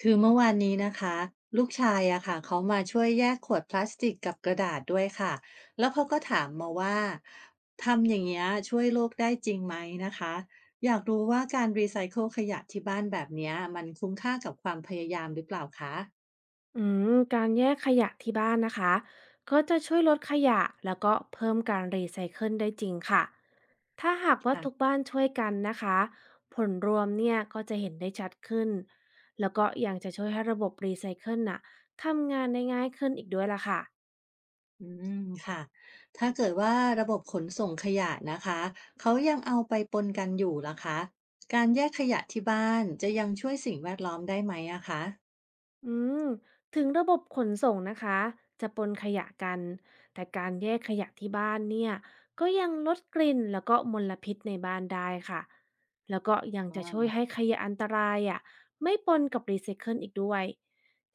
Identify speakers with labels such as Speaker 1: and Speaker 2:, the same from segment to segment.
Speaker 1: คือเมื่อวานนี้นะคะลูกชายอะค่ะเขามาช่วยแยกขวดพลาสติกกับกระดาษด้วยค่ะแล้วเขาก็ถามมาว่าทำอย่างเงี้ยช่วยโลกได้จริงไหมนะคะอยากรู้ว่าการรีไซเคิลขยะที่บ้านแบบเนี้ยมันคุ้มค่ากับความพยายามหรือเปล่าคะ
Speaker 2: อืการแยกขยะที่บ้านนะคะก็จะช่วยลดขยะแล้วก็เพิ่มการรีไซเคิลได้จริงค่ะถ้าหากว่าทุก
Speaker 1: ค่ะ
Speaker 2: บ้านช่วยกันนะคะผลรวมเนี่ยก็จะเห็นได้ชัดขึ้นแล้วก็ยังจะช่วยให้ระบบรีไซเคิลน่ะทำงานได้ง่ายขึ้นอีกด้วยล่ะค่ะ
Speaker 1: อืมค่ะถ้าเกิดว่าระบบขนส่งขยะนะคะเขายังเอาไปปนกันอยู่ล่ะคะการแยกขยะที่บ้านจะยังช่วยสิ่งแวดล้อมได้ไหมอะคะ
Speaker 2: อืมถึงระบบขนส่งนะคะจะปนขยะกันแต่การแยกขยะที่บ้านเนี่ยก็ยังลดกลิ่นแล้วก็มลพิษในบ้านได้ค่ะแล้วก็ยังจะช่วยให้ขยะอันตรายอ่ะไม่ปนกับรีไซเคิลอีกด้วย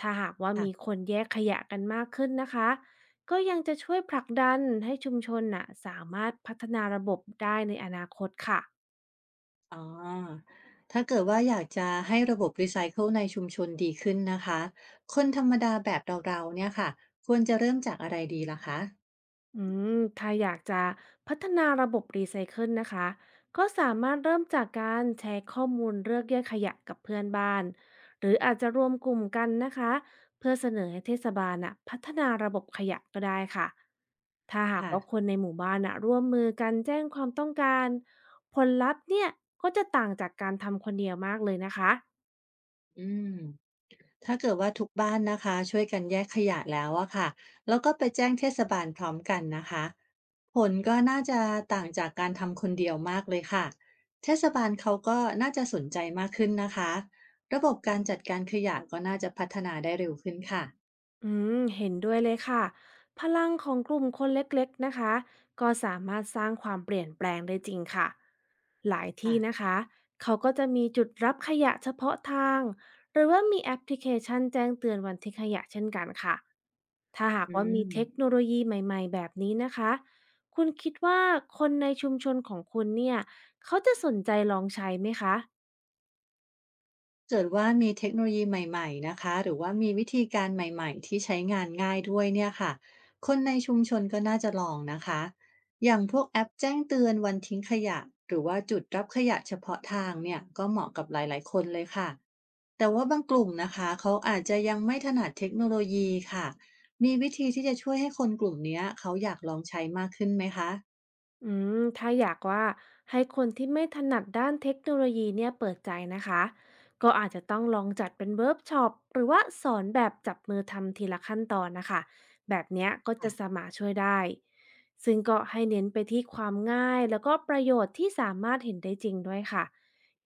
Speaker 2: ถ้าหากว่ามีคนแยกขยะกันมากขึ้นนะคะก็ยังจะช่วยผลักดันให้ชุมชนน่ะสามารถพัฒนาระบบได้ในอนาคตค่ะ
Speaker 1: อ๋อถ้าเกิดว่าอยากจะให้ระบบรีไซเคิลในชุมชนดีขึ้นนะคะคนธรรมดาแบบเราๆเนี่ยค่ะควรจะเริ่มจากอะไรดีล่ะคะ
Speaker 2: อืมถ้าอยากจะพัฒนาระบบรีไซเคิลนะคะก็สามารถเริ่มจากการแชร์ข้อมูลเลือกแยกขยะกับเพื่อนบ้านหรืออาจจะรวมกลุ่มกันนะคะเพื่อเสนอให้เทศบาลน่ะพัฒนาระบบขยะก็ได้ค่ะถ้าหาก
Speaker 1: ค่ะ
Speaker 2: ว่าคนในหมู่บ้านน่ะร่วมมือกันแจ้งความต้องการผลลัพธ์เนี่ยก็จะต่างจากการทำคนเดียวมากเลยนะคะ
Speaker 1: อืมถ้าเกิดว่าทุกบ้านนะคะช่วยกันแยกขยะแล้วอะค่ะแล้วก็ไปแจ้งเทศบาลพร้อมกันนะคะผลก็น่าจะต่างจากการทำคนเดียวมากเลยค่ะเทศบาลเขาก็น่าจะสนใจมากขึ้นนะคะระบบการจัดการขยะก็น่าจะพัฒนาได้เร็วขึ้นค่ะ
Speaker 2: เห็นด้วยเลยค่ะ พลังของกลุ่มคนเล็กๆนะคะ ก็สามารถสร้างความเปลี่ยนแปลงได้จริงค่ะ หลายที่
Speaker 1: ค่ะ
Speaker 2: นะคะ เขาก็จะมีจุดรับขยะเฉพาะทาง หรือว่ามีแอปพลิเคชันแจ้งเตือนวันทิ้งขยะเช่นกันค่ะ ถ้าหาก
Speaker 1: อื
Speaker 2: ว่ามีเทค
Speaker 1: ม
Speaker 2: โนโลยีใหม่ๆแบบนี้นะคะ คุณคิดว่าคนในชุมชนของคุณเนี่ย เขาจะสนใจลองใช้ไหมคะ
Speaker 1: เกิดว่ามีเทคโนโลยีใหม่ๆนะคะหรือว่ามีวิธีการใหม่ๆที่ใช้งานง่ายด้วยเนี่ยค่ะคนในชุมชนก็น่าจะลองนะคะอย่างพวกแอปแจ้งเตือนวันทิ้งขยะหรือว่าจุดรับขยะเฉพาะทางเนี่ยก็เหมาะกับหลายๆคนเลยค่ะแต่ว่าบางกลุ่มนะคะเขาอาจจะยังไม่ถนัดเทคโนโลยีค่ะมีวิธีที่จะช่วยให้คนกลุ่มเนี้ยเขาอยากลองใช้มากขึ้นไหมคะ
Speaker 2: อืถ้าอยากว่าให้คนที่ไม่ถนัดด้านเทคโนโลยีเนี่ยเปิดใจนะคะ ก็อาจจะต้องลองจัดเป็นเวิร์กช็อปหรือว่าสอนแบบจับมือทำทีละขั้นตอนนะคะแบบเนี้ยก็จะสา
Speaker 1: ค่ะ
Speaker 2: มารถช่วยได้ซึ่งก็ให้เน้นไปที่ความง่ายแล้วก็ประโยชน์ที่สามารถเห็นได้จริงด้วยค่ะ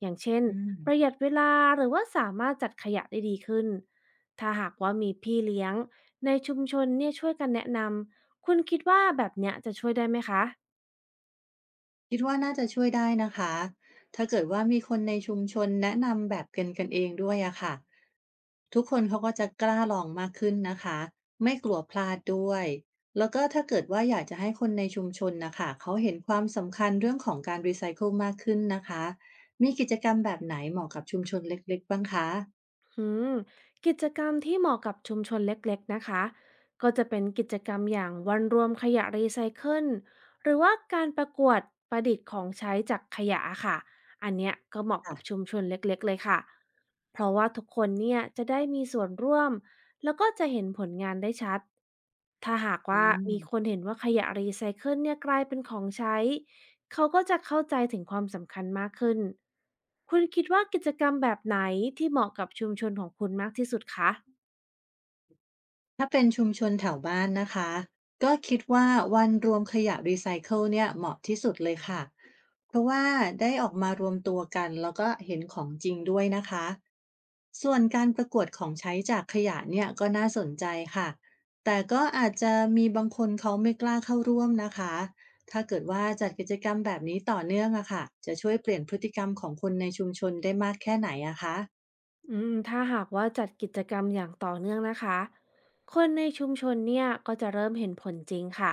Speaker 2: อย่างเช่น
Speaker 1: อืม
Speaker 2: ประหยัดเวลาหรือว่าสามารถจัดขยะได้ดีขึ้นถ้าหากว่ามีพี่เลี้ยงในชุมชนเนี่ยช่วยกันแนะนำคุณคิดว่าแบบเนี้ยจะช่วยได้ไหมคะ
Speaker 1: คิดว่าน่าจะช่วยได้นะคะ ถ้าเกิดว่ามีคนในชุมชนแนะนำแบบกันกันเองด้วยอะค่ะทุกคนเขาก็จะกล้าลองมากขึ้นนะคะไม่กลัวพลาดด้วย แล้วก็ถ้าเกิดว่าอยากจะให้คนในชุมชนนะคะเขาเห็นความสำคัญเรื่องของการรีไซเคิลมากขึ้นนะคะมีกิจกรรมแบบไหนเหมาะกับชุมชนเล็กๆบ้างคะ
Speaker 2: อืมกิจกรรมที่เหมาะกับชุมชนเล็กๆนะคะก็จะเป็นกิจกรรมอย่างวันรวมขยะรีไซเคิลหรือว่าการประกวดประดิษฐ์ของใช้จากขยะค่ะอันเนี้ยก็เหมาะ
Speaker 1: ค่ะ
Speaker 2: กับชุมชนเล็กๆเลยค่ะเพราะว่าทุกคนเนี่ยจะได้มีส่วนร่วมแล้วก็จะเห็นผลงานได้ชัดถ้าหาก
Speaker 1: อื
Speaker 2: ว่า
Speaker 1: ม
Speaker 2: มีคนเห็นว่าขยะรีไซเคิลเนี่ยกลายเป็นของใช้ เขาก็จะเข้าใจถึงความสำคัญมากขึ้น คุณคิดว่ากิจกรรมแบบไหนที่เหมาะกับชุมชนของคุณมากที่สุดคะ
Speaker 1: ถ้าเป็นชุมชนแถวบ้านนะคะก็คิดว่าวันรวมขยะรีไซเคิลเนี่ยเหมาะที่สุดเลยค่ะเพราะว่าได้ออกมารวมตัวกันแล้วก็เห็นของจริงด้วยนะคะส่วนการประกวดของใช้จากขยะเนี่ยก็น่าสนใจค่ะแต่ก็อาจจะมีบางคนเขาไม่กล้าเข้าร่วมนะคะถ้าเกิดว่าจัดกิจกรรมแบบนี้ต่อเนื่องอะค่ะจะช่วยเปลี่ยนพฤติกรรมของคนในชุมชนได้มากแค่ไหนอะคะ
Speaker 2: ถ้าหากว่าจัดกิจกรรมอย่างต่อเนื่องนะคะคนในชุมชนเนี่ยก็จะเริ่มเห็นผลจริงค่ะ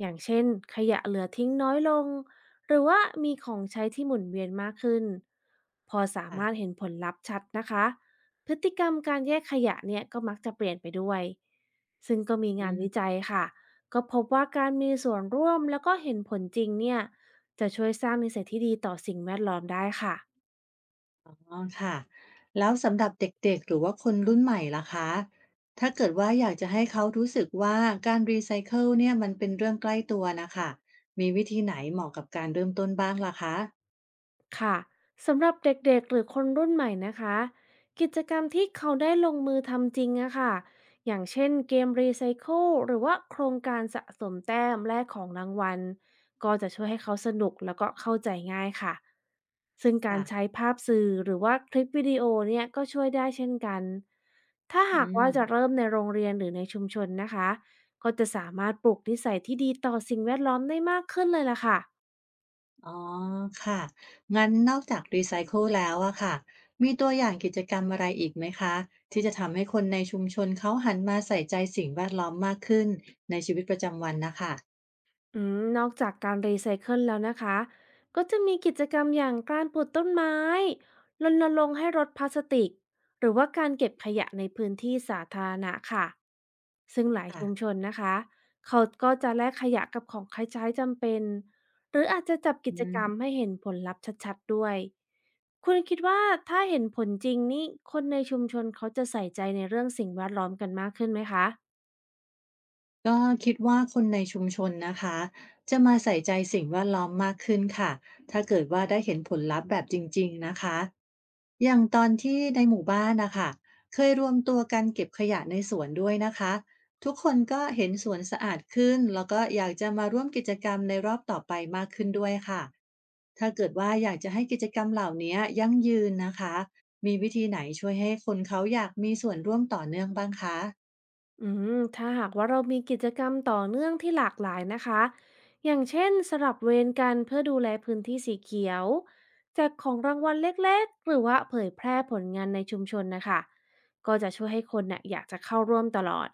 Speaker 2: อย่างเช่นขยะเหลือทิ้งน้อยลงหรือว่ามีของใช้ที่หมุนเวียนมากขึ้น พอสา
Speaker 1: ค่ะ
Speaker 2: มารถเห็นผลลัพธ์ชัดนะคะ พฤติกรรมการแยกขยะเนี่ยก็มักจะเปลี่ยนไปด้วยซึ่งก็มี
Speaker 1: อื
Speaker 2: งานวิ
Speaker 1: ม
Speaker 2: จัยค่ะ ก็พบว่าการมีส่วนร่วมแล้วก็เห็นผลจริงเนี่ยจะช่วยสร้างนิสัยที่ดีต่อสิ่งแวดล้อมได้ค่ะ
Speaker 1: อ๋อค่ะแล้วสำหรับเด็กๆหรือว่าคนรุ่นใหม่ล่ะคะถ้าเกิดว่าอยากจะให้เขารู้สึกว่าการรีไซเคิลเนี่ยมันเป็นเรื่องใกล้ตัวนะคะมีวิธีไหนเหมาะกับการเริ่มต้นบ้างล่ะคะ
Speaker 2: ค่ะสำหรับเด็กๆหรือคนรุ่นใหม่นะคะกิจกรรมที่เขาได้ลงมือทำจริงอะค่ะอย่างเช่นเกมรีไซเคิลหรือว่าโครงการสะสมแต้มแลกของรางวัลก็จะช่วยให้เขาสนุกแล้วก็เข้าใจง่ายค่ะซึ่งการ
Speaker 1: ค่ะ
Speaker 2: ใช้ภาพสื่อหรือว่าคลิปวิดีโอเนี่ยก็ช่วยได้เช่นกันถ้าหา
Speaker 1: อื
Speaker 2: กว่าจะ
Speaker 1: ม
Speaker 2: เริ่มในโรงเรียนหรือในชุมชนนะคะก็จะสามารถปลูกนิสัยที่ดีต่อสิ่งแวดล้อมได้มากขึ้นเลยล่ะค่ะ
Speaker 1: อ๋อค่ะงั้นนอกจากรีไซเคิลแล้วอะค่ะมีตัวอย่างกิจกรรมอะไรอีกไหมคะที่จะทำให้คนในชุมชนเขาหันมาใส่ใจสิ่งแวดล้อมมากขึ้นในชีวิตประจำวันนะคะ
Speaker 2: นอกจากการรีไซเคิลแล้วนะคะก็จะมีกิจกรรมอย่างการปลูกต้นไม้รณรงค์ให้ลดพลาสติกหรือว่าการเก็บขยะในพื้นที่สาธารณะค่ะซึ่งหลาย
Speaker 1: ค่ะ
Speaker 2: ชุมชนนะคะเขาก็จะแลกขยะกับของใช้จำเป็นหรืออาจจะจับ
Speaker 1: อื
Speaker 2: กิจก
Speaker 1: ม
Speaker 2: รรมให้เห็นผลลัพธ์ชัดๆด้วยคุณคิดว่าถ้าเห็นผลจริงนี่คนในชุมชนเขาจะใส่ใจในเรื่องสิ่งแวดล้อมกันมากขึ้นไหมคะ
Speaker 1: ก็คิดว่าคนในชุมชนนะคะจะมาใส่ใจสิ่งแวดล้อมมากขึ้นค่ะถ้าเกิดว่าได้เห็นผลลัพธ์แบบจริงๆนะคะอย่างตอนที่ในหมู่บ้านนะคะเคยรวมตัวกันเก็บขยะในสวนด้วยนะคะทุกคนก็เห็นสวนสะอาดขึ้นแล้วก็อยากจะมาร่วมกิจกรรมในรอบต่อไปมากขึ้นด้วยค่ะถ้าเกิดว่าอยากจะให้กิจกรรมเหล่านี้ยั่งยืนนะคะมีวิธีไหนช่วยให้คนเขาอยากมีส่วนร่วมต่อเนื่องบ้างคะ
Speaker 2: อืถ้าหากว่าเรามีกิจกรรมต่อเนื่องที่หลากหลายนะคะอย่างเช่นสลับเวรกันเพื่อดูแลพื้นที่สีเขียวแจกของรางวัลเล็กๆหรือว่าเผยแพร่ผลงานในชุมชนนะคะก็จะช่วยให้คนน่ะอยากจะเข้าร่วมตลอด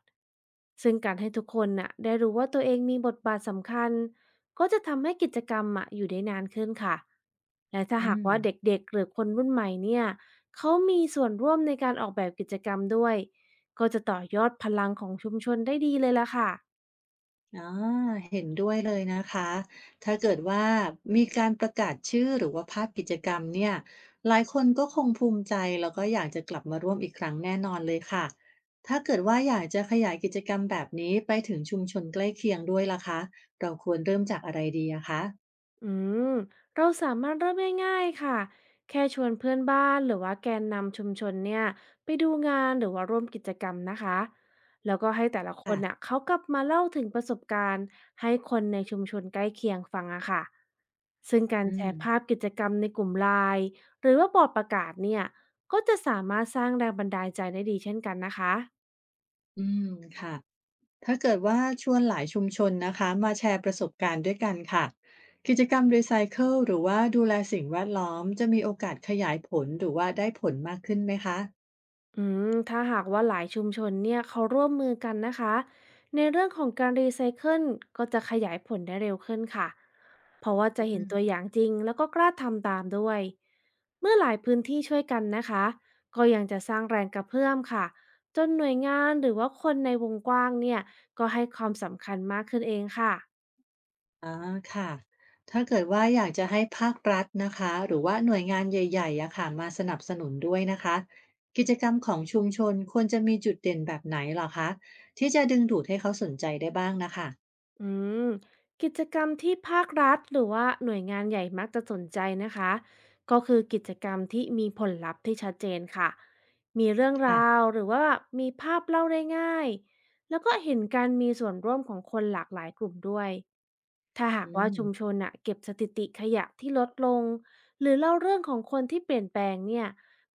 Speaker 2: ซึ่งการให้ทุกคนน่ะได้รู้ว่าตัวเองมีบทบาทสำคัญก็จะทำให้กิจกรรมอะอยู่ได้นานขึ้นค่ะและถ้า
Speaker 1: อื
Speaker 2: หาก
Speaker 1: ม
Speaker 2: ว่าเด็กๆหรือคนรุ่นใหม่เนี่ยเขามีส่วนร่วมในการออกแบบกิจกรรมด้วย ก็จะต่อยอดพลังของชุมชนได้ดีเลยล่ะค่ะ
Speaker 1: อ๋อเห็นด้วยเลยนะคะ ถ้าเกิดว่ามีการประกาศชื่อหรือว่าภาพกิจกรรมเนี่ยหลายคนก็คงภูมิใจแล้วก็อยากจะกลับมาร่วมอีกครั้งแน่นอนเลยค่ะ ถ้าเกิดว่าอยากจะขยายกิจกรรมแบบนี้ไปถึงชุมชนใกล้เคียงด้วยล่ะคะ เราควรเริ่มจากอะไรดีอะคะ
Speaker 2: อืมเราสามารถเริ่มง่ายๆค่ะแค่ชวนเพื่อนบ้านหรือว่าแกนนำชุมชนเนี่ยไปดูงานหรือว่าร่วมกิจกรรมนะคะแล้วก็ให้แต่ละคนน่ะเขากลับมาเล่าถึงประสบการณ์ให้คนในชุมชนใกล้เคียงฟังอะค่ะซึ่งการ
Speaker 1: อื
Speaker 2: แช
Speaker 1: ม
Speaker 2: ร์ภาพกิจกรรมในกลุ่มไลน์หรือว่าบอร์ดประกาศเนี่ยก็จะสามารถสร้างแรงบันดาลใจได้ดีเช่นกันนะคะ
Speaker 1: อืมค่ะ ถ้าเกิดว่าชวนหลายชุมชนนะคะมาแชร์ประสบการณ์ด้วยกันค่ะกิจกรรมรีไซเคิลหรือว่าดูแลสิ่งแวดล้อมจะมีโอกาสขยายผลหรือว่าได้ผลมากขึ้นไหมคะ
Speaker 2: ถ้าหากว่าหลายชุมชนเนี่ยเขาร่วมมือกันนะคะในเรื่องของการรีไซเคิลก็จะขยายผลได้เร็วขึ้นค่ะเพราะว่าจะเห็
Speaker 1: อื
Speaker 2: นตัว
Speaker 1: ม
Speaker 2: อย่างจริงแล้วก็กล้าทำตามด้วยเมื่อหลายพื้นที่ช่วยกันนะคะก็ยังจะสร้างแรงกระเพื่อมค่ะจนหน่วยงานหรือว่าคนในวงกว้างเนี่ยก็ให้ความสำคัญมากขึ้นเองค่ะ
Speaker 1: อ่าค่ะถ้าเกิดว่าอยากจะให้ภาครัฐนะคะหรือว่าหน่วยงานใหญ่ๆอะค่ะมาสนับสนุนด้วยนะคะกิจกรรมของชุมชนควรจะมีจุดเด่นแบบไหนเหรอคะที่จะดึงดูดให้เขาสนใจได้บ้างนะคะ
Speaker 2: อืมกิจกรรมที่ภาครัฐหรือว่าหน่วยงานใหญ่มักจะสนใจนะคะก็คือกิจกรรมที่มีผลลัพธ์ที่ชัดเจนค่ะมีเรื่องรา
Speaker 1: ค่ะ
Speaker 2: วหรือว่ามีภาพเล่าได้ง่ายแล้วก็เห็นการมีส่วนร่วมของคนหลากหลายกลุ่มด้วยถ้าหาก
Speaker 1: อื
Speaker 2: ว่า
Speaker 1: ม
Speaker 2: ชุมชนน่ะเก็บสถิติขยะที่ลดลงหรือเล่าเรื่องของคนที่เปลี่ยนแปลงเนี่ย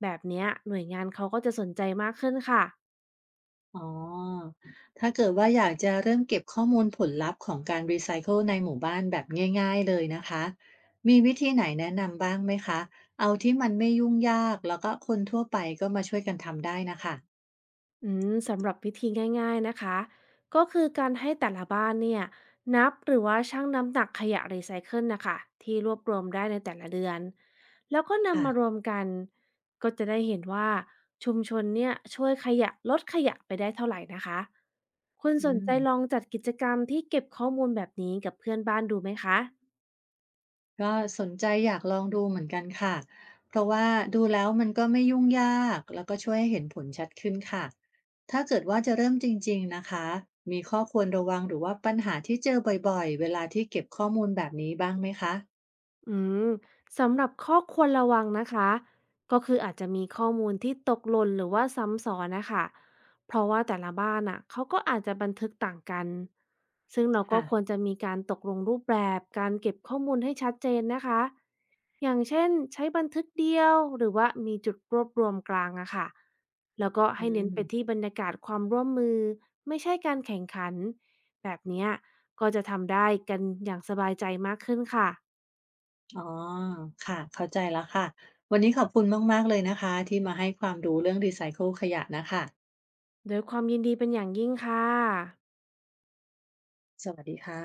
Speaker 2: แบบเนี้ยหน่วยงานเขาก็จะสนใจมากขึ้นค่ะ
Speaker 1: อ๋อถ้าเกิดว่าอยากจะเริ่มเก็บข้อมูลผลลัพธ์ของการรีไซเคิลในหมู่บ้านแบบง่ายๆเลยนะคะ มีวิธีไหนแนะนำบ้างไหมคะ เอาที่มันไม่ยุ่งยากแล้วก็คนทั่วไปก็มาช่วยกันทำได้นะคะ
Speaker 2: สำหรับวิธีง่ายๆนะคะก็คือการให้แต่ละบ้านเนี่ยนับหรือว่าชั่งน้ำหนักขยะรีไซเคิลนะคะที่รวบรวมได้ในแต่ละเดือนแล้วก็นำมารว
Speaker 1: ค่ะ
Speaker 2: มกันก็จะได้เห็นว่าชุมชนเนี่ยช่วยขยะลดขยะไปได้เท่าไหร่นะคะคุณสน
Speaker 1: อื
Speaker 2: ใจ
Speaker 1: ม
Speaker 2: ลองจัดกิจกรรมที่เก็บข้อมูลแบบนี้กับเพื่อนบ้านดูไหมคะ
Speaker 1: ก็สนใจอยากลองดูเหมือนกันค่ะ เพราะว่าดูแล้วมันก็ไม่ยุ่งยากแล้วก็ช่วยให้เห็นผลชัดขึ้นค่ะ ถ้าเกิดว่าจะเริ่มจริงๆนะคะมีข้อควรระวังหรือว่าปัญหาที่เจอบ่อยๆเวลาที่เก็บข้อมูลแบบนี้บ้างไหมคะ
Speaker 2: อืมสำหรับข้อควรระวังนะคะก็คืออาจจะมีข้อมูลที่ตกหล่นหรือว่าซ้ำซ้อนนะคะเพราะว่าแต่ละบ้านอ่ะเขาก็อาจจะบันทึกต่างกันซึ่งเราก็
Speaker 1: ค่ะ
Speaker 2: ควรจะมีการตกลงรูปแบบการเก็บข้อมูลให้ชัดเจนนะคะอย่างเช่นใช้บันทึกเดียวหรือว่ามีจุดรวบรวมกลางอะค่ะแล้วก็
Speaker 1: อื
Speaker 2: ให้เน้น
Speaker 1: ม
Speaker 2: ไปที่บรรยากาศความร่วมมือไม่ใช่การแข่งขันแบบเนี้ยก็จะทำได้กันอย่างสบายใจมากขึ้นค่ะ
Speaker 1: อ๋อค่ะ เข้าใจแล้วค่ะ วันนี้ขอบคุณมากๆเลยนะคะที่มาให้ความรู้เรื่องรีไซเคิลขยะน่ะค่ะ
Speaker 2: ด้วยความยินดีเป็นอย่างยิ่งค่ะ
Speaker 1: สวัสดีค่ะ